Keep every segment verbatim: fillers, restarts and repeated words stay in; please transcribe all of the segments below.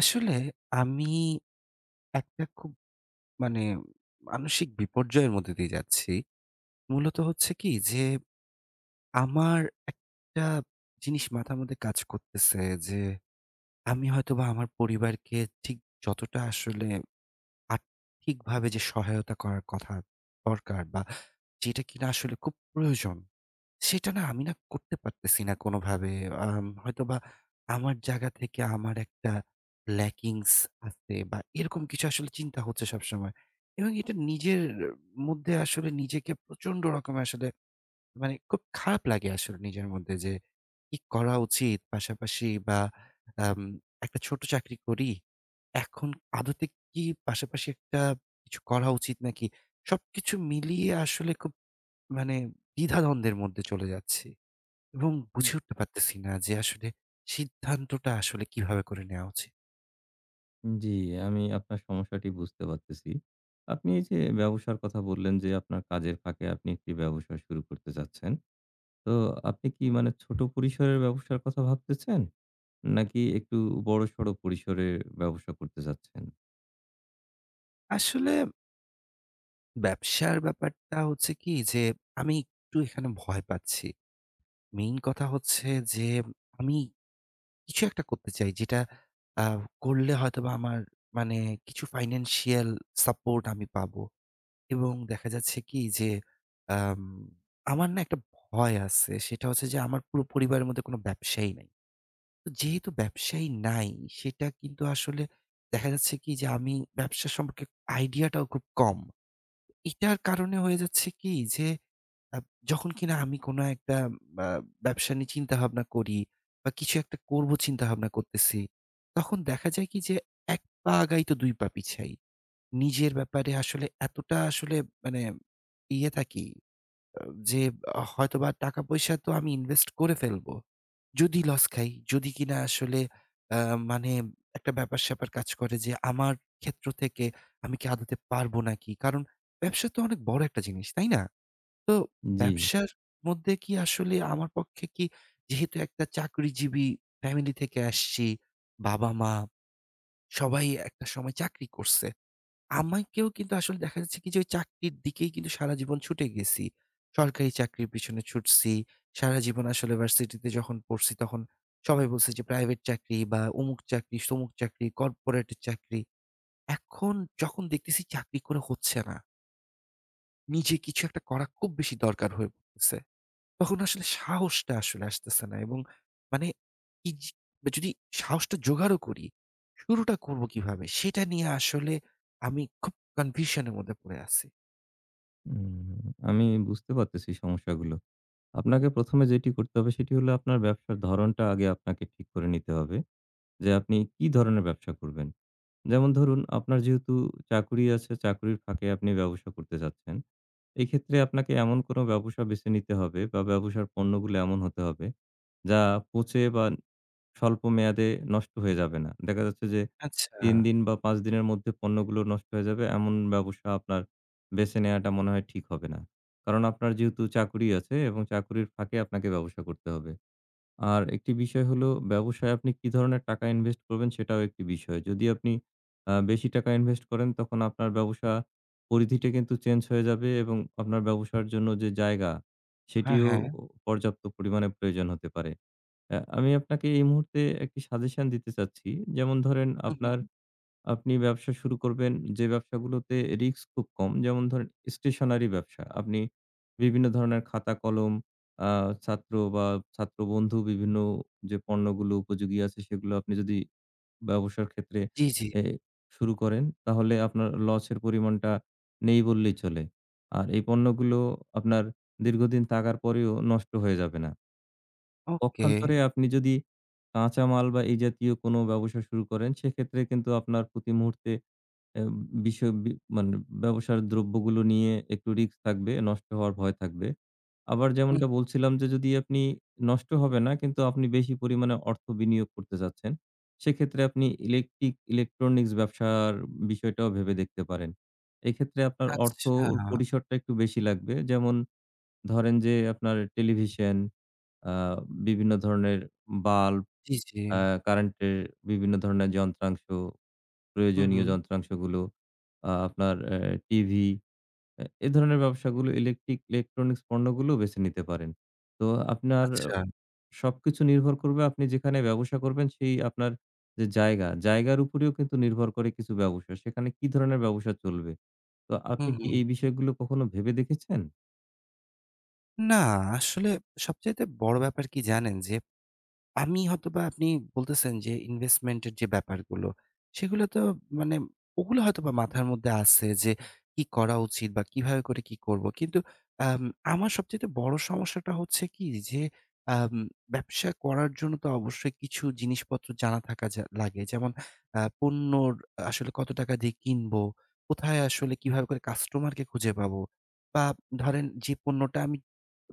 আসলে আমি একটা খুব মানে মানসিক বিপর্যয়ের মধ্যে দিয়ে যাচ্ছি। মূলত হচ্ছে কি যে আমার একটা জিনিস মাথার মধ্যে কাজ করতেছে যে আমি হয়তোবা আমার পরিবারকে ঠিক যতটা আসলে আর্থিকভাবে যে সহায়তা করার কথা দরকার বা যেটা কিনা আসলে খুব প্রয়োজন সেটা না আমি না করতে পারতেছি না কোনোভাবে। আম হয়তোবা আমার জায়গা থেকে আমার একটা ল্যাকিংস আছে বা এরকম কিছু আসলে চিন্তা হচ্ছে সবসময়। এবং এটা নিজের মধ্যে আসলে নিজেকে প্রচন্ড রকমের আসলে মানে খুব খারাপ লাগে আসলে নিজের মধ্যে যে কি করা উচিত? পাশাপাশি বা আম একটা ছোট চাকরি করি। এখন আদতে কি পাশাপাশি একটা কিছু করা উচিত নাকি? সবকিছু মিলিয়ে আসলে খুব মানে দ্বিধাদ্বন্দ্বের মধ্যে চলে যাচ্ছি এবং হুম। বুঝে উঠতে পারতেছি না যে আসলে সিদ্ধান্তটা আসলে কিভাবে করে নেওয়া উচিত। জি, আমি আপনার সমস্যাটি বুঝতে পারতেছি। আপনি এই যে ব্যবসার কথা বললেন যে আপনার কাজের ফাঁকে আপনি একটি ব্যবসা শুরু করতে চাচ্ছেন। তো আপনি কি মানে ছোট পরিসরের ব্যবসার কথা ভাবতেছেন? নাকি একটু বড়সড় পরিসরে ব্যবসা করতে চাচ্ছেন? আসলে ব্যবসার ব্যাপারটা হচ্ছে কি যে আমি একটু এখানে ভয় পাচ্ছি। মেইন কথা হচ্ছে যে আমি কিছু একটা করতে চাই যেটা আ করলে হয়তোবা আমার মানে কিছু ফাইন্যান্সিয়াল সাপোর্ট আমি পাবো এবং দেখা যাচ্ছে কি যে আম আমার না একটা ভয় আছে সেটা হচ্ছে যে আমার পুরো পরিবারের মধ্যে কোনো ব্যবসায়ী নাই। তো যেহেতু ব্যবসায়ী নাই, সেটা কিন্তু আসলে দেখা যাচ্ছে কি যে আমি ব্যবসা সম্পর্কে আইডিয়াটাও খুব কম। এটার কারণে হয়ে যাচ্ছে কি যে আ যখন কিনা আমি কোনো একটা আ ব্যবসা নিয়ে চিন্তাভাবনা করি বা কিছু একটা করব চিন্তাভাবনা করতেছি, তখন দেখা যায় কি যে এক পা আগাই তো দুই পা পিছাই। নিজের ব্যাপারে আসলে এতটা আসলে মানে ইয়ে থাকি আহ, যে হয়তোবা টাকা পয়সা তো আমি ইনভেস্ট করে ফেলবো। যদি লস খাই, যদি কিনা আসলে আ মানে একটা ব্যাপার-স্যাপার কাজ করে যে আমার ক্ষেত্র থেকে আমি কি আদতে পারব নাকি? কারণ ব্যবসা তো অনেক বড় একটা জিনিস, তাই না? তো জি। ব্যবসার মধ্যে কি আসলে আমার পক্ষে কি যেহেতু একটা চাকরিজীবী ফ্যামিলি থেকে আসছি, বাবা-মা সবাই একটা সময় চাকরি করছে। আমাকেও কিন্তু আসলে দেখা যাচ্ছে কি যে ওই চাকরির দিকেই কিন্তু সারা জীবন ছুটে গেছি। সরকারি চাকরির পিছনে ছুটছি। সারা জীবন আসলে ভার্সিটিতে যখন পড়ছি তখন সবাই বলছে যে প্রাইভেট চাকরি বা অমুক চাকরি, তমুক চাকরি, কর্পোরেটের চাকরি। এখন যখন দেখতেছি চাকরি করে হচ্ছে না। নিজে কিছু একটা করা খুব বেশি দরকার হয়ে পড়তেছে। তখন আসলে সাহসটা আসলে আসতেছে না এবং মানে এই যে যদি সাহসটা জোগাড়ও করি, শুরুটা করব কিভাবে? সেটা নিয়ে আসলে আমি খুব কনফিউশন এর মধ্যে পড়ে আছি। উম আমি বুঝতে পারতেছি সমস্যাগুলো। আপনাকে প্রথম এ যেটি করতে হবে সেটি হলো, আপনার ব্যবসার ধরনটা আগে আপনাকে ঠিক করে নিতে হবে। যে আপনি কি ধরনের ব্যবসা করবেন? যেমন ধরুন, আপনার যেহেতু চাকুরি আছে, চাকুরির ফাঁকে আপনি ব্যবসা করতে চাচ্ছেন। এক্ষেত্রে আপনাকে এমন কোনো ব্যবসা বেছে নিতে হবে বা ব্যবসার পণ্যগুলো এমন হতে হবে যা পচে বা স্বল্প মেয়াদে নষ্ট হয়ে যাবে না। দেখা যাচ্ছে যে, আচ্ছা। তিন দিন বা পাঁচ দিনের মধ্যে পণ্যগুলো নষ্ট হয়ে যাবে এমন ব্যবসা আপনার বেছে নেয়াটা মনে হয় ঠিক হবে না। কারণ আপনার যেহেতু চাকুরি আছে এবং চাকুরির ফাঁকে আপনাকে ব্যবসা করতে হবে। আর একটি বিষয় হলো, ব্যবসায় আপনি কি ধরনের টাকা ইনভেস্ট করবেন সেটাও একটি বিষয়। যদি আপনি আ বেশি টাকা ইনভেস্ট করেন, তখন আপনার ব্যবসা পরিধিটা কিন্তু চেঞ্জ হয়ে যাবে এবং আপনার ব্যবসার জন্য যে জায়গা হ্যাঁ, সেটিও হ্যাঁ। ও পর্যাপ্ত পরিমাণে প্রয়োজন হতে পারে। অ্যা আমি আপনাকে এই মুহূর্তে একটি সাজেশন দিতে চাচ্ছি। যেমন ধরেন, হুম, আপনার হুম। আপনি ব্যবসা শুরু করবেন যে ব্যবসাগুলোতে রিস্ক খুব কম। যেমন ধরেন, স্টেশনারি ব্যবসা। আপনি বিভিন্ন ধরনের খাতা, কলম, আ ছাত্র বা ছাত্র বন্ধু বিভিন্ন যে পণ্যগুলো উপযোগী আছে, সেগুলো আপনি যদি ব্যবসার ক্ষেত্রে জি, জি। এ শুরু করেন, তাহলে আপনার লসের পরিমাণটা নেই বললেই চলে। আর এই পণ্যগুলো আপনার দীর্ঘদিন থাকার পরেও নষ্ট হয়ে যাবে না। ওকে। পক্ষান্তরে আপনি যদি কাঁচামাল বা এই জাতীয় কোনো ব্যবসা শুরু করেন, সেক্ষেত্রে কিন্তু আপনার প্রতি মুহূর্তে অ্যা বিষয় বি মানে ব্যবসার দ্রব্যগুলো নিয়ে একটু রিস্ক থাকবে, নষ্ট হওয়ার ভয় থাকবে। আবার হুম, যেমনটা বলছিলাম, যে যদি আপনি নষ্ট হবে না কিন্তু আপনি বেশি পরিমাণে অর্থ বিনিয়োগ করতে চাচ্ছেন, সেক্ষেত্রে আপনি ইলেকট্রিক ইলেকট্রনিক্স ব্যবসার বিষয়টাও ভেবে দেখতে পারেন। এক্ষেত্রে আপনার আচ্ছা। অর্থর পরিসরটা একটু বেশি লাগবে। যেমন ধরেন যে, আপনার টেলিভিশন, আ বিভিন্ন ধরনের বাল্ব, জি, জি। আ কারেন্টের বিভিন্ন ধরনের যন্ত্রাংশ, হুম, প্রয়োজনীয় হুম। যন্ত্রাংশগুলো, আ আপনার অ্যা টিভি, অ্যা এ ধরনের ব্যবসাগুলো, ইলেকট্রিক ইলেকট্রনিক্স পণ্যগুলো বেছে নিতে পারেন। তো আপনার আচ্ছা। আহ, সবকিছু নির্ভর করবে আপনি যেখানে ব্যবসা করবেন সেই আপনার যে জায়গা, জায়গার উপরেও কিন্তু নির্ভর করে কিছু ব্যবসা। সেখানে কি ধরনের ব্যবসা চলবে? তো আপনি হুম, কি হুম। এই বিষয়গুলো কখনো ভেবে দেখেছেন? না, আসলে সবচাইতে বড় ব্যাপার কি জানেন? যে আমি হয়তোবা আপনি বলতেছেন যে ইনভেস্টমেন্ট এর যে ব্যাপারগুলো, সেগুলো তো মানে ওগুলো হয়তোবা মাথার মধ্যে আছে যে কি করা উচিত বা কিভাবে করে কি করব। কিন্তু আম আমার সবচাইতে বড় সমস্যাটা হচ্ছে কি যে আম ব্যবসা করার জন্য তো অবশ্যই কিছু জিনিসপত্র জানা থাকা যা লাগে। যেমন আ পণ্যর আসলে কত টাকা দিয়ে কিনবো? কোথায় আসলে কিভাবে করে কাস্টমারকে খুঁজে পাবো? বা ধরেন যে পণ্যটা আমি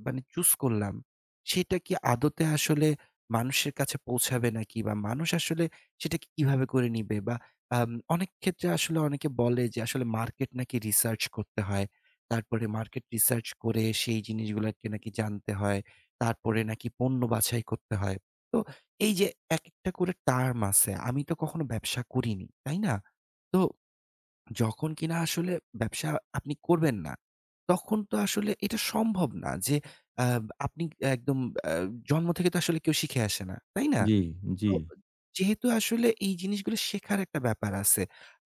মানে চুজ করলাম, সেটা কি আদতে আসলে মানুষের কাছে পৌঁছাবে নাকি বা মানুষ আসলে সেটাকে কিভাবে করে নিবে? বা আম অনেক ক্ষেত্রে আসলে অনেকে বলে যে আসলে মার্কেট নাকি রিসার্চ করতে হয়। তারপরে মার্কেট রিসার্চ করে সেই জিনিসগুলাকে নাকি জানতে হয়। তারপরে নাকি পণ্য বাছাই করতে হয়। তো এই যে একেকটা করে টার্ম আছে, আমি তো কখনো ব্যবসা করিনি, তাই না? তো যখন কিনা আসলে ব্যবসা আপনি করবেন না, তখন তো আসলে এটা সম্ভব না যে আ আপনি একদম আ জন্ম থেকে তো আসলে কেউ শিখে আসে না। তাই না? জি, জি, তো যেহেতু আসলে এই জিনিসগুলো শেখার একটা ব্যাপার আছে।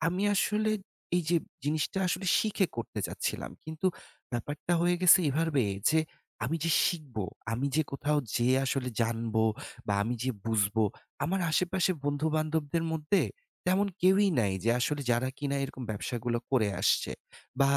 আমি আসলে এই যে জিনিসটা আসলে শিখে করতে চাচ্ছিলাম। কিন্তু ব্যাপারটা হয়ে গেছে এভাবে যে আমি যে শিখবো, আমি যে কোথাও যেয়ে আসলে জানবো বা আমি যে বুঝবো, আমার আশেপাশে বন্ধু-বান্ধবদের মধ্যে তেমন কেউই নাই যে আসলে যারা কিনা এরকম ব্যবসাগুলো করে আসছে। বা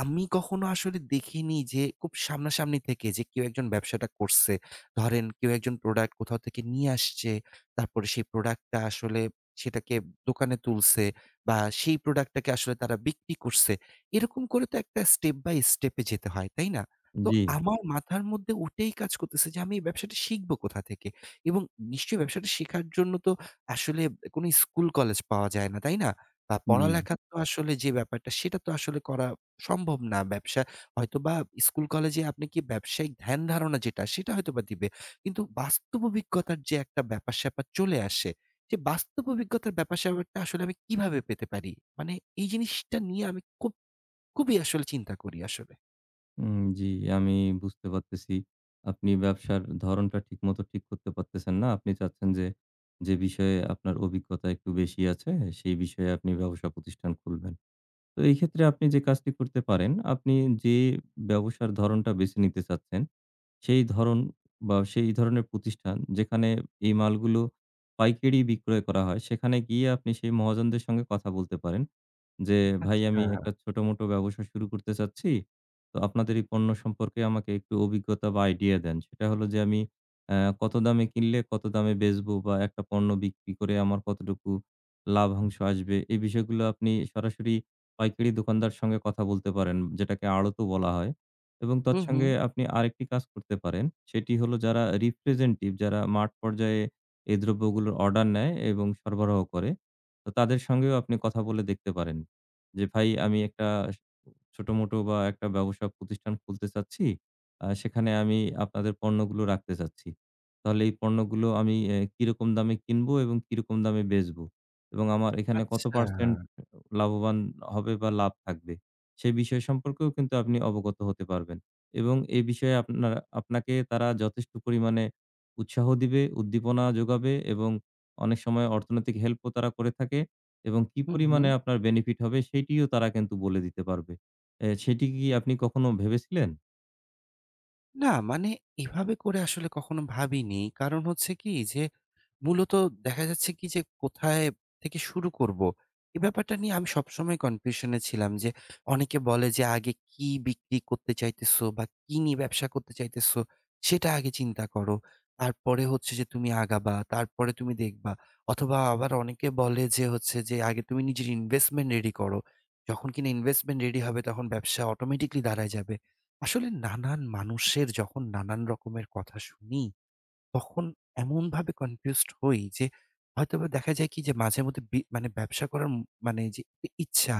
আমি কখনো আসলে দেখিনি যে খুব সামনাসামনি থেকে যে কেউ একজন ব্যবসাটা করছে। ধরেন কেউ একজন প্রোডাক্ট কোথাও থেকে নিয়ে আসছে। তারপরে সেই প্রোডাক্টটা আসলে সেটাকে দোকানে তুলছে বা সেই প্রোডাক্টটাকে আসলে তারা বিক্রি করছে। এরকম করে তো একটা স্টেপ বাই স্টেপে যেতে হয়, তাই না? তো জি। আমার মাথার মধ্যে ওটাই কাজ করতেছে যে আমি এই ব্যবসাটা শিখব কোথা থেকে? এবং নিশ্চয়ই ব্যবসাটা শেখার জন্য তো আসলে কোনো স্কুল কলেজ পাওয়া যায় না, তাই না? বা জি। পড়ালেখার তো আসলে যে ব্যাপারটা সেটা তো আসলে করা সম্ভব না। ব্যবসা হয়তোবা স্কুল কলেজে আপনি কি ব্যবসায়িক ধ্যান ধারণা যেটা সেটা হয়তোবা দিবে। কিন্তু বাস্তব অভিজ্ঞতার যে একটা ব্যাপার-স্যাপার চলে আসে, যে বাস্তব অভিজ্ঞতার ব্যাপার-স্যাপারটা আসলে আমি কিভাবে পেতে পারি? মানে এই জিনিসটা নিয়ে আমি খুব খুবই আসলে চিন্তা করি আসলে। উম জি, আমি বুঝতে পারতেছি। আপনি ব্যবসার ধরনটা ঠিকমতো ঠিক করতে পারতেছেন না। আপনি চাচ্ছেন যে, যে বিষয়ে আপনার অভিজ্ঞতা একটু বেশি আছে, সেই বিষয়ে আপনি ব্যবসা প্রতিষ্ঠান খুলবেন। তো এই ক্ষেত্রে আপনি যে কাজটি করতে পারেন, আপনি যে ব্যবসার ধরনটা বেছে নিতে চাচ্ছেন, সেই ধরন বা সেই ধরনের প্রতিষ্ঠান যেখানে এই মালগুলো পাইকারি বিক্রয় করা হয়, সেখানে গিয়ে আপনি সেই মহাজনদের সঙ্গে কথা বলতে পারেন। যে, "ভাই, আচ্ছা। আমি একটা ছোট-মোটো ব্যবসা শুরু করতে চাচ্ছি। তো আপনাদের এই পণ্য সম্পর্কে আমাকে একটু অভিজ্ঞতা বা আইডিয়া দেন।" সেটা হলো, যে আমি অ্যা কত দামে কিনলে কত দামে বেচবো, বা একটা পণ্য বিক্রি করে আমার কতটুকু লাভাংশ আসবে? এই বিষয়গুলো আপনি সরাসরি পাইকারি দোকানদার সঙ্গে কথা বলতে পারেন, যেটাকে আড়তও বলা হয়। এবং হুম, হুম। তৎসঙ্গে আপনি আরেকটি কাজ করতে পারেন। সেটি হলো, যারা রিপ্রেজেন্টেটিভ, যারা মাঠ পর্যায়ে এই দ্রব্যগুলোর অর্ডার নেয় এবং সরবরাহ করে, তো তাদের সঙ্গেও আপনি কথা বলে দেখতে পারেন। যে, ভাই আমি একটা ছোটমোটো বা একটা ব্যবসা প্রতিষ্ঠান খুলতে চাচ্ছি। আ সেখানে আমি আপনাদের পণ্যগুলো রাখতে চাচ্ছি। তাহলে এই পণ্যগুলো আমি এ কিরকম দামে কিনবো এবং কিরকম দামে বেচবো? এবং আমার এখানে কত আচ্ছা। পার্সেন্ট লাভবান হবে বা লাভ থাকবে? সে বিষয় সম্পর্কেও কিন্তু আপনি অবগত হতে পারবেন। এবং এ বিষয়ে আপনারা আপনাকে তারা যথেষ্ট পরিমাণে উৎসাহ দিবে, উদ্দীপনা যোগাবে এবং অনেক সময় অর্থনৈতিক হেল্পও তারা করে থাকে, এবং কি হুম, হুম। পরিমাণে আপনার বেনিফিট হবে সেইটিও তারা কিন্তু বলে দিতে পারবে। এ সেটি কি আপনি কখনো ভেবেছিলেন? না মানে এভাবে করে আসলে কখনো ভাবিনি। কারণ হচ্ছে কি যে মূলত দেখা যাচ্ছে কি যে কোথায় থেকে শুরু করব? এ ব্যাপারটা নিয়ে আমি সবসময় কনফিউশন এ ছিলাম যে অনেকে বলে যে, "আগে কি বিক্রি করতে চাইতেছো বা কি নিয়ে ব্যবসা করতে চাইতেছো সেটা আগে চিন্তা করো। তারপরে হচ্ছে যে তুমি আগাবা, তারপরে তুমি দেখবা।" অথবা আবার অনেকে বলে যে হচ্ছে যে, "আগে তুমি নিজের ইনভেস্টমেন্ট রেডি করো। যখন কিনা ইনভেস্টমেন্ট রেডি হবে তখন ব্যবসা অটোমেটিক্যালি দাঁড়ায় যাবে।" আসলে নানান মানুষের যখন নানান রকমের কথা শুনি তখন এমনভাবে কনফিউজড হই যে হয়তোবা দেখা যায় কি যে মাঝেমধ্যে বি মানে ব্যবসা করার ম মানে যে ই ইচ্ছা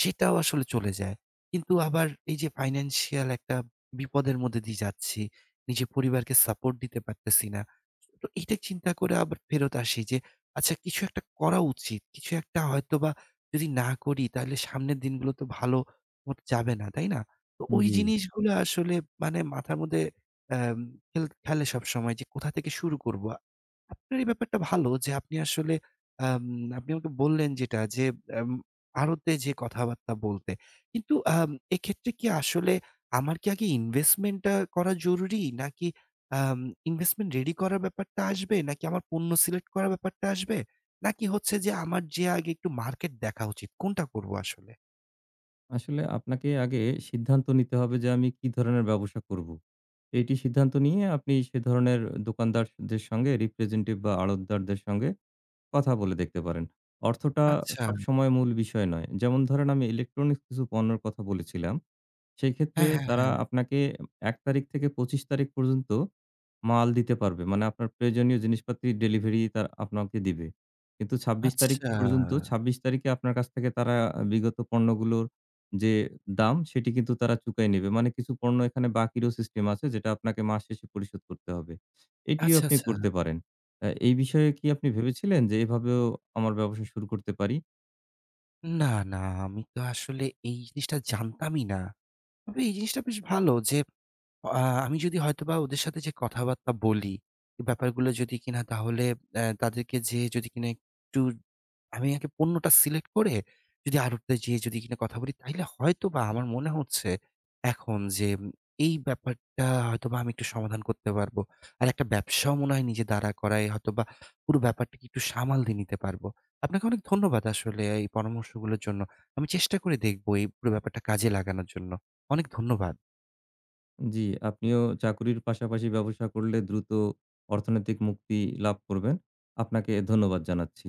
সেটাও আসলে চলে যায়। কিন্তু আবার এই যে ফাইন্যান্সিয়াল একটা বিপদের মধ্যে দিয়ে যাচ্ছি, নিজের পরিবারকে সাপোর্ট দিতে পারতেছি না। তো এইটা চিন্তা করে আবার ফেরত আসি যে আচ্ছা কিছু একটা করা উচিত। কিছু একটা হয়তোবা যদি না করি তাহলে সামনের দিনগুলো তো ভালো মত যাবে না, তাই না? তো ওই জি। জিনিসগুলো আসলে মানে মাথার মধ্যে অ্যাম খেল খেলে সবসময় যে কোথা থেকে শুরু করব? আপনার এই ব্যাপারটা ভালো যে আপনি আসলে আম আপনি আমাকে বললেন যেটা যে আম আড়তে যেয়ে কথাবার্তা বলতে। কিন্তু আম এক্ষেত্রে কি আসলে আমার কি আগে ইনভেস্টমেন্ট টা করা জরুরি? নাকি আম ইনভেস্টমেন্ট রেডি করার ব্যাপারটা আসবে? নাকি আমার পণ্য সিলেক্ট করার ব্যাপারটা আসবে? নাকি হচ্ছে যে আমার যেয়ে আগে একটু মার্কেট দেখা উচিত? কোনটা করব আসলে? আসলে আপনাকে আগে সিদ্ধান্ত নিতে হবে যে, আমি কি ধরনের ব্যবসা করব। এটি সিদ্ধান্ত নিয়ে আপনি সে ধরনের দোকানদারদের সঙ্গে, Representative বা আড়তদারদের সঙ্গে কথা বলে দেখতে পারেন। অর্থটা আচ্ছা। সবসময় মূল বিষয় নয়। যেমন ধরেন, আমি ইলেকট্রনিক্স কিছু পণ্যের কথা বলেছিলাম। সেই ক্ষেত্রে হ্যাঁ, হ্যাঁ, তারা হ্যাঁ। আপনাকে এক তারিখ থেকে পঁচিশ তারিখ পর্যন্ত মাল দিতে পারবে। মানে আপনার প্রয়োজনীয় জিনিসপাতির ডেলিভারি তার আপনাকে দিবে। কিন্তু ২৬ তারিখ আচ্ছা। পর্যন্ত ছাব্বিশ তারিখে আপনার কাছ থেকে তারা বিগত পণ্যগুলোর যে দাম, সেটি কিন্তু তারা চুকায় নেবে। মানে কিছু পণ্য এখানে বাকিরও সিস্টেম আছে, যেটা আপনাকে মাস শেষে পরিশোধ করতে হবে। এটিও আচ্ছা, আপনি আচ্ছা। করতে পারেন। আ এই বিষয়ে কি আপনি ভেবেছিলেন যে, এভাবেও আমার ব্যবসা শুরু করতে পারি? না, না। আমি তো আসলে এই জিনিসটা জানতামই না। তবে এই জিনিসটা বেশ ভালো যে আ আমি যদি হয়তোবা ওদের সাথে যে কথাবার্তা বলি, এই ব্যাপারগুলো যদি কিনা তাহলে অ্যা তাদেরকে যেয়ে যদি কিনা একটু আমি আগে পণ্যটা সিলেক্ট করে যদি আড়তটা যেয়ে যদি কিনা কথা বলি, তাইলে হয়তোবা আমার মনে হচ্ছে এখন যে উম, এই ব্যাপারটা হয়তোবা আমি একটু সমাধান করতে পারবো। আর একটা ব্যবসাও মনে হয় নিজে দাঁড়া করায় হয়তোবা পুরো ব্যাপারটাকে একটু সামাল দিয়ে নিতে পারবো। আপনাকে অনেক ধন্যবাদ আসলে এই পরামর্শগুলোর জন্য। আমি চেষ্টা করে দেখবো এই পুরো ব্যাপারটা কাজে লাগানোর জন্য। অনেক ধন্যবাদ। জি, আপনিও চাকুরির পাশাপাশি ব্যবসা করলে দ্রুত অর্থনৈতিক মুক্তি লাভ করবেন। আপনাকে ধন্যবাদ জানাচ্ছি।